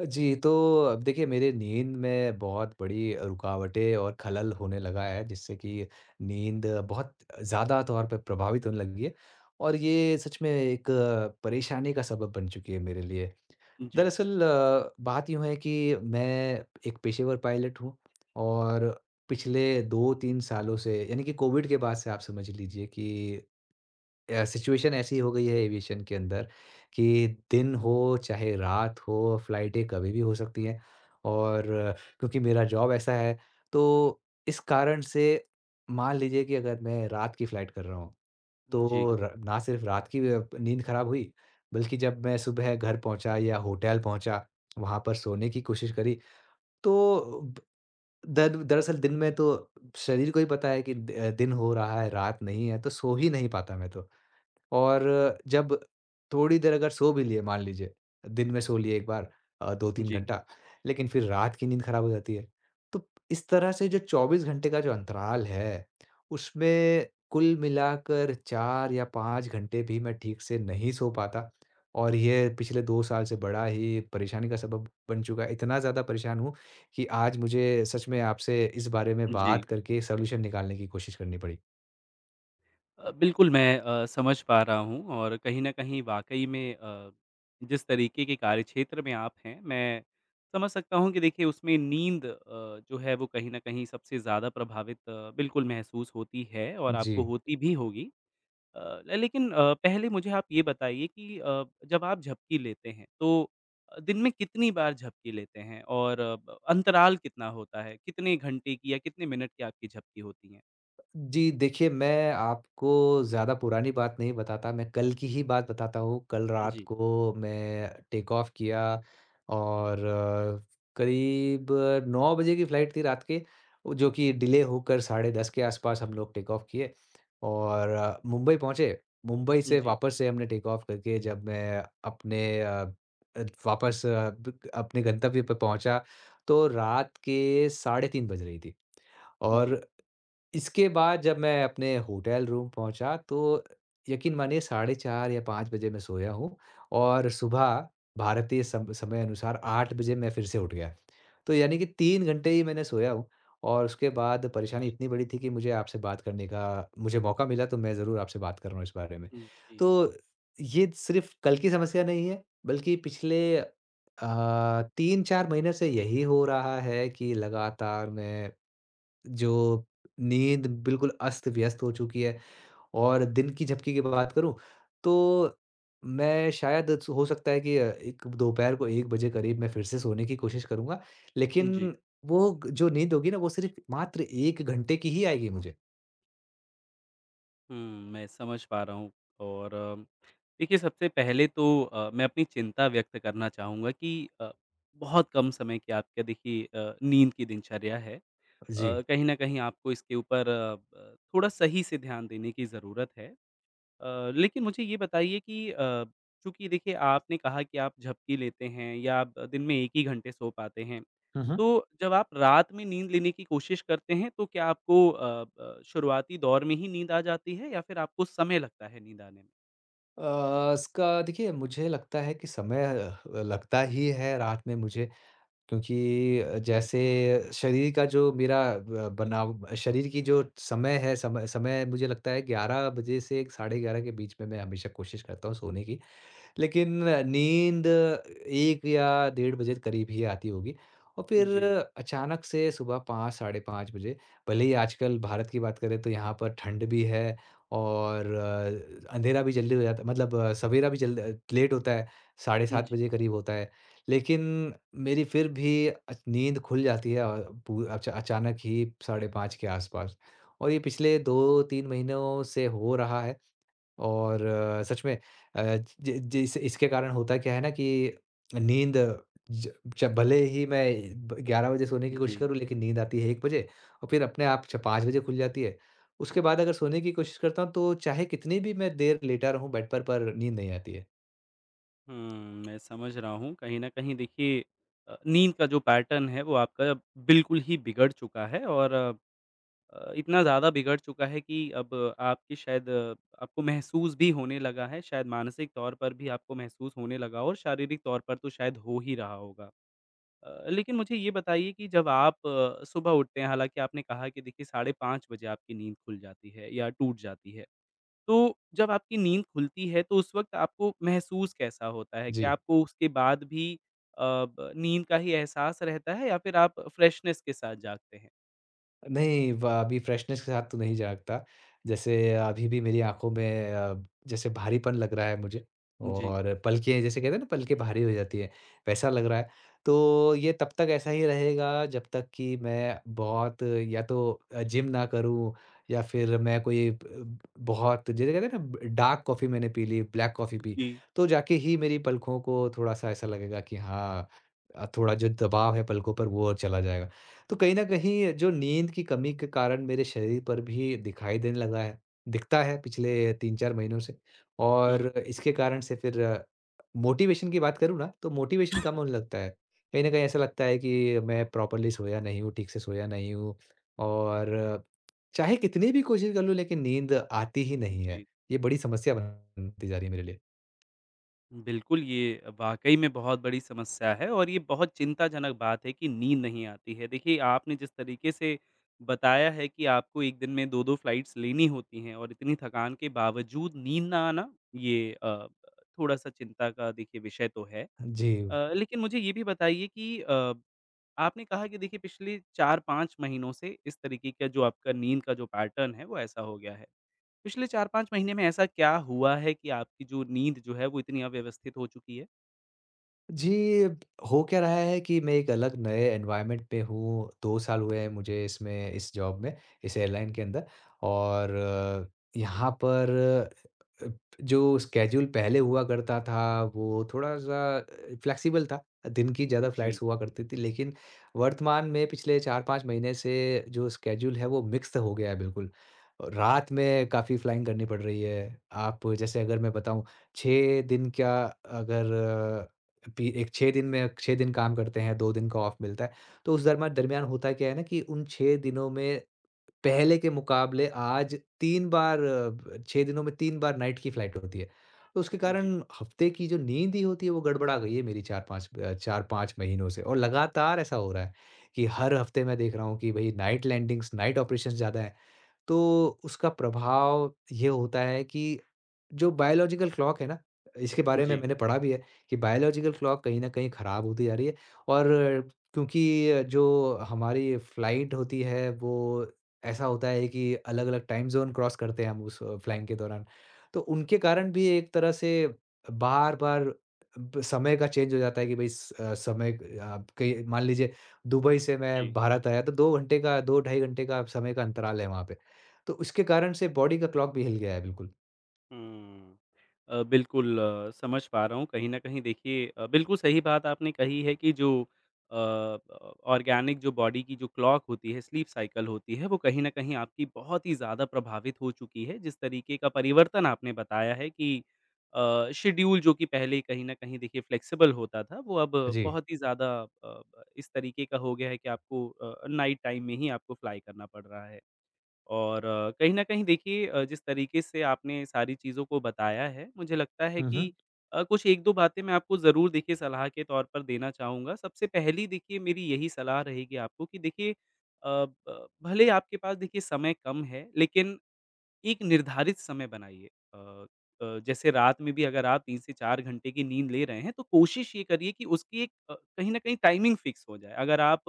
जी, तो अब देखिए मेरे नींद में बहुत बड़ी रुकावटें और खलल होने लगा है, जिससे कि नींद बहुत ज़्यादा तौर पे प्रभावित होने लगी है और ये सच में एक परेशानी का सबब बन चुकी है मेरे लिए। जी, दरअसल बात यूँ है कि मैं एक पेशेवर पायलट हूँ, और पिछले 2-3 सालों से, यानी कि कोविड के बाद से, आप समझ लीजिए कि सिचुएशन ऐसी हो गई है एविएशन के अंदर कि दिन हो चाहे रात हो, फ्लाइटें कभी भी हो सकती हैं। और क्योंकि मेरा जॉब ऐसा है, तो इस कारण से मान लीजिए कि अगर मैं रात की फ्लाइट कर रहा हूँ, जी, तो र ना सिर्फ़ रात की नींद खराब हुई, बल्कि जब मैं सुबह घर पहुँचा या होटल पहुँचा, वहाँ पर सोने की कोशिश करी, तो ब दर दरअसल दिन में तो शरीर को ही पता है कि द दिन हो रहा है, रात नहीं है, तो सो ही नहीं पाता मैं तो। और जब थोड़ी देर अगर सो भी लिए मान लीजिए, दिन में सो लिए एक बार 2-3 जी, घंटा, लेकिन फिर रात की नींद खराब हो जाती है। तो इस तरह से जो 24 घंटे का जो अंतराल है, उसमें कुल मिलाकर 4 या 5 घंटे भी मैं ठीक से नहीं सो पाता, और ये पिछले 2 साल से बड़ा ही परेशानी का सबब बन चुका है। इतना ज़्यादा परेशान हूँ कि आज मुझे सच में आपसे इस बारे में जी। बात करके सॉल्यूशन निकालने की कोशिश करनी पड़ी। बिल्कुल मैं समझ पा रहा हूँ और कहीं न कहीं वाक़ई में जिस तरीके के कार्यक्षेत्र में आप हैं, मैं समझ सकता हूँ कि देखिए उसमें नींद जो है वो कहीं न कहीं सबसे ज़्यादा प्रभावित बिल्कुल महसूस होती है और जी। आपको होती भी होगी। अ, लेकिन पहले मुझे आप ये बताइए कि जब आप झपकी लेते हैं तो दिन में कितनी बार झपकी लेते हैं और अ, ब अंतराल कितना होता है? कितने घंटे की या कितने मिनट की आपकी झपकी होती है? जी, देखिए मैं आपको ज़्यादा पुरानी बात नहीं बताता, मैं कल की ही बात बताता हूँ। कल रात जी, को मैं टेक ऑफ किया, और करीब 9 बजे की फ्लाइट थी रात के, वो जो कि डिले होकर साढ़े 10 के आसपास हम लोग टेक ऑफ किए, और मुंबई पहुँचे। मुंबई से जी, वापस से हमने टेक ऑफ करके जब मैं अपने वापस अ, ब अपने गंतव्य पे पहुँचा, तो रात के साढ़े 3 बज रही थी, और जी, इसके बाद जब मैं अपने होटल रूम पहुँचा, तो यकीन मानिए साढ़े 4 या 5 बजे मैं सोया हूँ, और सुबह भारतीय सम समय अनुसार 8 बजे मैं फिर से उठ गया। तो यानी कि 3 घंटे ही मैंने सोया हूँ, और उसके बाद परेशानी इतनी बड़ी थी कि मुझे आपसे बात करने का मुझे मौका मिला, तो मैं ज़रूर आपसे बात कर रहा हूँ इस बारे में। जी, तो ये सिर्फ़ कल की समस्या नहीं है, बल्कि पिछले 3-4 महीने से यही हो रहा है कि लगातार मैं, जो नींद बिल्कुल अस्त-व्यस्त हो चुकी है। और दिन की झपकी की बात करूँ, तो मैं शायद स हो सकता है कि एक दोपहर को 1 बजे करीब मैं फिर से सोने की कोशिश करूँगा, जी। लेकिन वो ग जो नींद होगी ना, वो सिर्फ़ मात्र 1 घंटे की ही आएगी मुझे। हुँ, मैं समझ पा रहा हूँ और देखिए सबसे पहले तो मैं अपनी चिंता व्यक्त करना चाहूँगा कि बहुत कम समय की आपके देखिए नींद की दिनचर्या है। जी। कहीं न कहीं आपको इसके ऊपर अ, ब थोड़ा सही से ध्यान देने की ज़रूरत है। लेकिन मुझे ये बताइए कि चूँकि देखिए आपने कहा कि आप झपकी लेते हैं या आप दिन में 1 ही घंटे सो पाते हैं। हुँ, हुँ। तो जब आप रात में नींद लेने की कोशिश करते हैं तो क्या आपको शुरुआती दौर में ही नींद आ जाती है या फिर आपको समय लगता है नींद आने में? इसका देखिए मुझे लगता है कि समय लगता ही है रात में मुझे, क्योंकि जैसे शरीर का जो मेरा ब बनाव, शरीर की जो समय है, समय समय मुझे लगता है 11 बजे से 11:30 के बीच में मैं हमेशा कोशिश करता हूँ सोने की। लेकिन नींद 1 या डेढ़ बजे के करीब ही आती होगी, और फिर जी। अचानक से सुबह 5, साढ़े 5 बजे, भले ही आजकल भारत की बात करें तो यहाँ पर ठंड भी है, और अंधेरा भी जल्दी हो जाता है, मतलब सवेरा भी जल्द लेट होता है, साढ़े 7 जी, बजे के करीब होता है। लेकिन मेरी फिर भी अच नींद खुल जाती है, और पू अच अचानक ही साढ़े 5 के आस-पास, और ये पिछले 2-3 महीनों से हो रहा है। और सच में, ज ज इस इसके कारण होता क्या है ना कि नींद, ज च भले ही मैं ब 11 बजे सोने की कोशिश जी। करूँ, लेकिन नींद आती है 1 बजे, और फिर अपने आप छ 5 बजे खुल जाती है। उसके बाद अगर सोने की कोशिश करता हूँ तो चाहे कितनी भी मैं देर लेटा रहूँ बेड पर नींद नहीं आती है। हुँ, मैं समझ रहा हूँ। कहीं न कहीं देखिए नींद का जो पैटर्न है वो आपका बिल्कुल ही बिगड़ चुका है और इतना ज़्यादा बिगड़ चुका है कि अब आपकी शायद आपको महसूस भी होने लगा है, शायद मानसिक तौर पर भी आपको महसूस होने लगा हो और शारीरिक तौर पर तो शायद हो ही रहा होगा। लेकिन मुझे ये बताइए कि जब आप सुबह उठते हैं, हालाँकि आपने कहा कि देखिए 5:30 बजे आपकी नींद खुल जाती है या टूट जाती है। तो जब आपकी नींद खुलती है, तो उस वक़्त आपको महसूस कैसा होता है? क्या जी। आपको उसके बाद भी अ, ब नींद का ही एहसास रहता है या फिर आप फ्रेशनेस के साथ जागते हैं? नहीं, ब अभी फ्रेशनेस के साथ तो नहीं जागता। जैसे अभी भी मेरी आँखों में जैसे भारीपन लग रहा है मुझे, जी। और पलकें, जैसे कहते हैं ना, पलकें भारी हो जाती हैं, वैसा लग रहा है। तो ये तब तक ऐसा ही रहेगा जब तक कि मैं बहुत, या तो जिम ना करूँ, या फिर मैं कोई ब ब बहुत, जिसे कहते हैं ना, ब डार्क कॉफ़ी मैंने पी ली, ब्लैक कॉफ़ी पी, जी। तो जाके ही मेरी पलकों को थोड़ा-सा ऐसा लगेगा कि हाँ, थोड़ा जो दबाव है पलकों पर, वो चला जाएगा। तो कहीं न कहीं जो नींद की कमी के कारण मेरे शरीर पर भी दिखाई देने लगा है, दिखता है पिछले 3-4 महीनों से, हुँ, और हुँ। इसके कारण से फिर मोटिवेशन की बात करूँ ना, तो मोटिवेशन कम होने लगता है। कहीं न कहीं ऐसा लगता है कि मैं प्रॉपर्ली सोया नहीं हूँ, ठीक से सोया नहीं हूँ, और चाहे कितनी भी कोशिश कर लूँ, लेकिन नींद आती ही नहीं है। जी। ये बड़ी समस्या बनती जा रही है मेरे लिए। बिल्कुल, ये वाक़ई में बहुत बड़ी समस्या है और ये बहुत चिंताजनक बात है कि नींद नहीं आती है। देखिए, आपने जिस तरीके से बताया है कि आपको 1 दिन में 2-2 फ़्लाइट्स लेनी होती हैं और इतनी थकान के बावजूद नींद ना आना, ये थोड़ा-सा चिंता का देखिए विषय तो है। जी। लेकिन मुझे ये भी बताइए कि आपने कहा कि देखिए पिछले 4-5 महीनों से इस तरीके का जो आपका नींद का जो पैटर्न है, वो ऐसा हो गया है। पिछले 4-5 महीने में ऐसा क्या हुआ है कि आपकी जो नींद जो है, वो इतनी अव्यवस्थित हो चुकी है? जी, अब हो क्या रहा है कि मैं एक अलग नए एनवायरनमेंट पे हूँ, 2 साल हुए हैं मुझे इसमें इस जॉब में, इस एयरलाइन के अंदर, और यहाँ पर अ, जो स्केड्यूल पहले हुआ करता था, वो थोड़ा-सा फ्लेक्सिबल था। दिन की ज़्यादा जी, फ्लाइट्स हुआ करती थी, लेकिन वर्तमान में पिछले 4-5 महीने से जो स्केड्यूल है, वो मिक्स्ड हो गया है बिल्कुल, और रात में काफ़ी फ्लाइंग करनी पड़ रही है। आप, जैसे अगर मैं बताऊँ, 6 दिन क्या, अगर पी एक 6 दिन में 6 दिन काम करते हैं, 2 दिन का ऑफ मिलता है। तो उस दरमा दरमियान होता क्या है ना कि उन 6 दिनों में, पहले के मुकाबले, आज 3 बार, ब 6 दिनों में 3 बार नाइट की फ्लाइट होती है। तो उसके जी, कारण हफ्ते की जो नींद ही होती है वो गड़बड़ा गई है मेरी, 4-5 4-5 महीनों से, और लगातार ऐसा हो रहा है कि हर हफ्ते मैं देख रहा हूँ कि भई नाइट लैंडिंग्स, नाइट ऑपरेशंस ज़्यादा हैं। तो उसका प्रभाव ये होता है कि जो बायोलॉजिकल क्लॉक है ना, इसके बारे में जी, मैंने पढ़ा भी है, कि बायोलॉजिकल क्लॉक कहीं न कहीं खराब होती जा रही है, और क्योंकि जो हमारी फ्लाइट होती है, वो ऐसा होता है कि अलग-अलग टाइम ज़ोन क्रॉस करते हैं हम उस फ्लाइंग के दौरान। तो उनके कारण भी, एक तरह से, बार-बार ब समय का चेंज हो जाता है, कि भई समय आप कहीं मान लीजिए, दुबई से मैं जी। भारत आया तो 2 घंटे का, 2 ढाई घंटे का समय का अंतराल है वहाँ पे। तो उसके कारण से बॉडी का क्लॉक भी हिल गया है बिल्कुल। हुँ। बिल्कुल समझ पा रहा हूँ कहीं न कहीं देखिए बिल्कुल सही बात आपने कही है कि जो अ, ऑर्गेनिक जो बॉडी की जो क्लॉक होती है, स्लीप साइकिल होती है, वो कहीं न कहीं आपकी बहुत ही ज़्यादा प्रभावित हो चुकी है। जिस तरीके का परिवर्तन आपने बताया है कि शेड्यूल जो कि पहले कहीं न कहीं देखिए फ्लेक्सिबल होता था, वो अब हाँ जी। बहुत ही ज़्यादा अ, इस तरीके का हो गया है कि आपको नाइट टाइम में ही आपको फ्लाई करना पड़ रहा है। और कहीं न कहीं देखिए जिस तरीके से आपने सारी चीज़ों को बताया है, मुझे लगता है हुँ, कि हुँ। कुछ 1-2 बातें मैं आपको ज़रूर देखिए सलाह के तौर पर देना चाहूँगा। सबसे पहली देखिए मेरी यही सलाह रहेगी आपको कि देखिए अ, ब भले आपके पास देखिए समय कम है, लेकिन एक निर्धारित समय बनाइए जैसे रात में भी अगर आप 3 से 4 घंटे की नींद ले रहे हैं, तो कोशिश ये करिए कि उसकी एक कहीं न कहीं टाइमिंग फिक्स हो जाए। अगर आप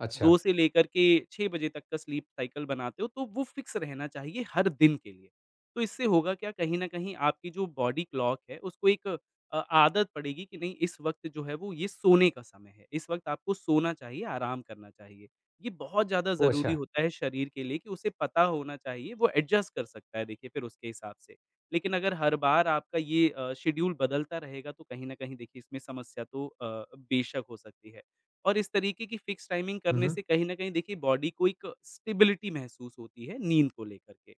अच्छा, 2 से लेकर के 6 बजे तक का स्लीप साइकिल बनाते हो, तो वो फिक्स रहना चाहिए हर दिन के लिए। तो इससे होगा क्या, कहीं न कहीं आपकी जो बॉडी क्लॉक है, उसको एक आदत पड़ेगी कि नहीं, इस वक़्त जो है वो ये सोने का समय है। इस वक़्त आपको सोना चाहिए, आराम करना चाहिए। ये बहुत ज़्यादा ओह ज़रूरी अच्छा! होता है शरीर के लिए कि उसे पता होना चाहिए, वो एडजस्ट कर सकता है देखिए फिर उसके हिसाब से। लेकिन अगर हर बार आपका ये शेड्यूल बदलता रहेगा तो कहीं न कहीं देखिए इसमें समस्या तो बेशक हो सकती है। और इस तरीके की फिक्स टाइमिंग हुँ, करने हुँ, से कहीं न कहीं देखिए बॉडी को एक स्टेबिलिटी महसूस होती है नींद को लेकर के।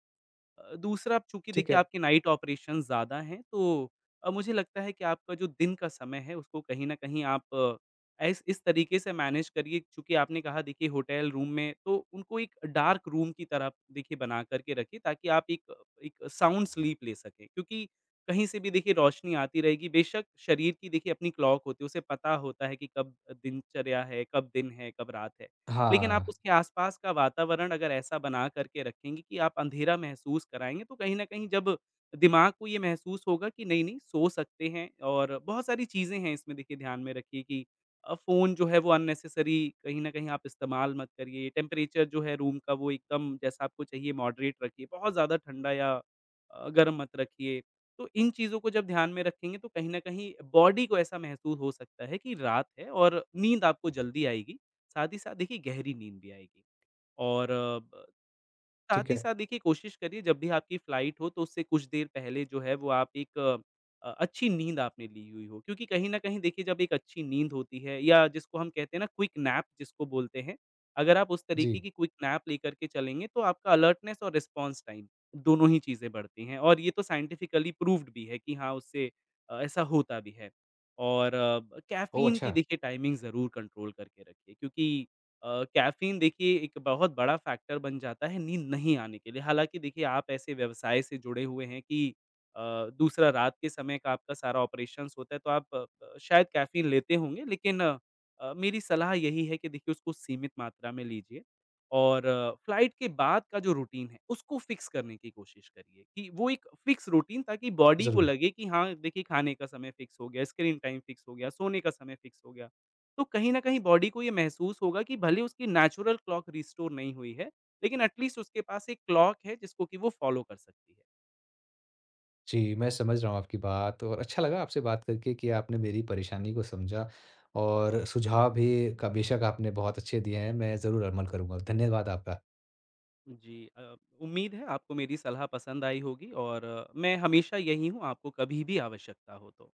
दूसरा अब चूँकि ठीक देखिए है। आपके नाइट ऑपरेशंस ज़्यादा हैं तो मुझे लगता है कि आपका जो दिन का समय है उसको कहीं न कहीं आप अ, ऐस इस तरीके से मैनेज करिए चूँकि आपने कहा देखिए होटल रूम में तो उनको एक डार्क रूम की तरह देखिए बना कर के रखिए ताकि आप एक एक साउंड स्लीप ले सकें। क्योंकि कहीं से भी देखिए रोशनी आती रहेगी बेशक शरीर की देखिए अपनी क्लॉक होती है, उसे पता होता है कि कब दिनचर्या है, कब दिन है, कब रात है। लेकिन आप हाँ, उसके आसपास का वातावरण अगर ऐसा बना करके रखेंगे कि आप अंधेरा महसूस कराएँगे, तो कहीं न कहीं जब दिमाग को ये महसूस होगा कि नहीं-नहीं सो सकते हैं और बहुत सारी चीज़ें हैं इसमें देखिए ध्यान में रखिए कि फ़ोन जो है वो अननेसेसरी कहीं न कहीं आप इस्तेमाल मत करिए, टेम्परेचर जो है रूम का वो एकदम जैसा आपको चाहिए मॉडरेट रखिए, बहुत ज़्यादा ठंडा या गर्म मत रखिए। तो इन चीज़ों को जब ध्यान में रखेंगे तो कहीं न कहीं बॉडी को ऐसा महसूस हो सकता है कि रात है और नींद आपको जल्दी आएगी। साथ ही साथ देखिए गहरी नींद भी आएगी और अ, ब साथ ठीक ही है। साथ देखिए कोशिश करिए जब भी आपकी फ्लाइट हो तो उससे कुछ देर पहले जो है वो आप एक अच्छी नींद आपने ली हुई हो क्योंकि कहीं न कहीं देखिए जब एक अच्छी नींद होती है या जिसको हम कहते हैं ना क्विक नैप जिसको बोलते हैं, अगर आप उस तरीके जी। की क्विक नैप लेकर के चलेंगे तो आपका अलर्टनेस और रिस्पॉन्स टाइम दोनों ही चीज़ें बढ़ती हैं और ये तो साइंटिफिकली प्रूव्ड भी है कि हाँ, उससे ऐसा होता भी है। और ओह कैफ़ीन की अच्छा! देखिए टाइमिंग ज़रूर कंट्रोल करके रखिए क्योंकि कैफ़ीन देखिए एक बहुत बड़ा फैक्टर बन जाता है नींद नहीं आने के लिए। हालाँकि देखिए आप ऐसे व्यवसाय से जुड़े हुए हैं कि अ, दूसरा रात के समय का आपका सारा ऑपरेशंस होता है तो आप शायद कैफ़ीन लेते होंगे लेकिन मेरी सलाह यही है कि देखिए उसको सीमित मात्रा में लीजिए और फ्लाइट के बाद का जो रूटीन है उसको फ़िक्स करने की कोशिश करिए कि वो एक फ़िक्स रूटीन ताकि बॉडी को ज़रूर। लगे कि हाँ, देखिए खाने का समय फ़िक्स हो गया, स्क्रीन टाइम फ़िक्स हो गया, सोने का समय फ़िक्स हो गया। तो कहीं न कहीं बॉडी को ये महसूस होगा कि भले उसकी नेचुरल क्लॉक रिस्टोर नहीं हुई है, लेकिन एट लीस्ट उसके पास एक क्लॉक है जिसको कि वो फ़ॉलो कर सकती है। जी, मैं समझ रहा हूँ आपकी बात, और अच्छा लगा आपसे बात करके कि आपने मेरी परेशानी को समझा, और सुझाव भी का बेशक आपने बहुत अच्छे दिए हैं, मैं ज़रूर अमल करूँगा। धन्यवाद आपका। जी। उम्मीद है आपको मेरी सलाह पसंद आई होगी और मैं हमेशा यही हूँ, आपको कभी भी आवश्यकता हो तो।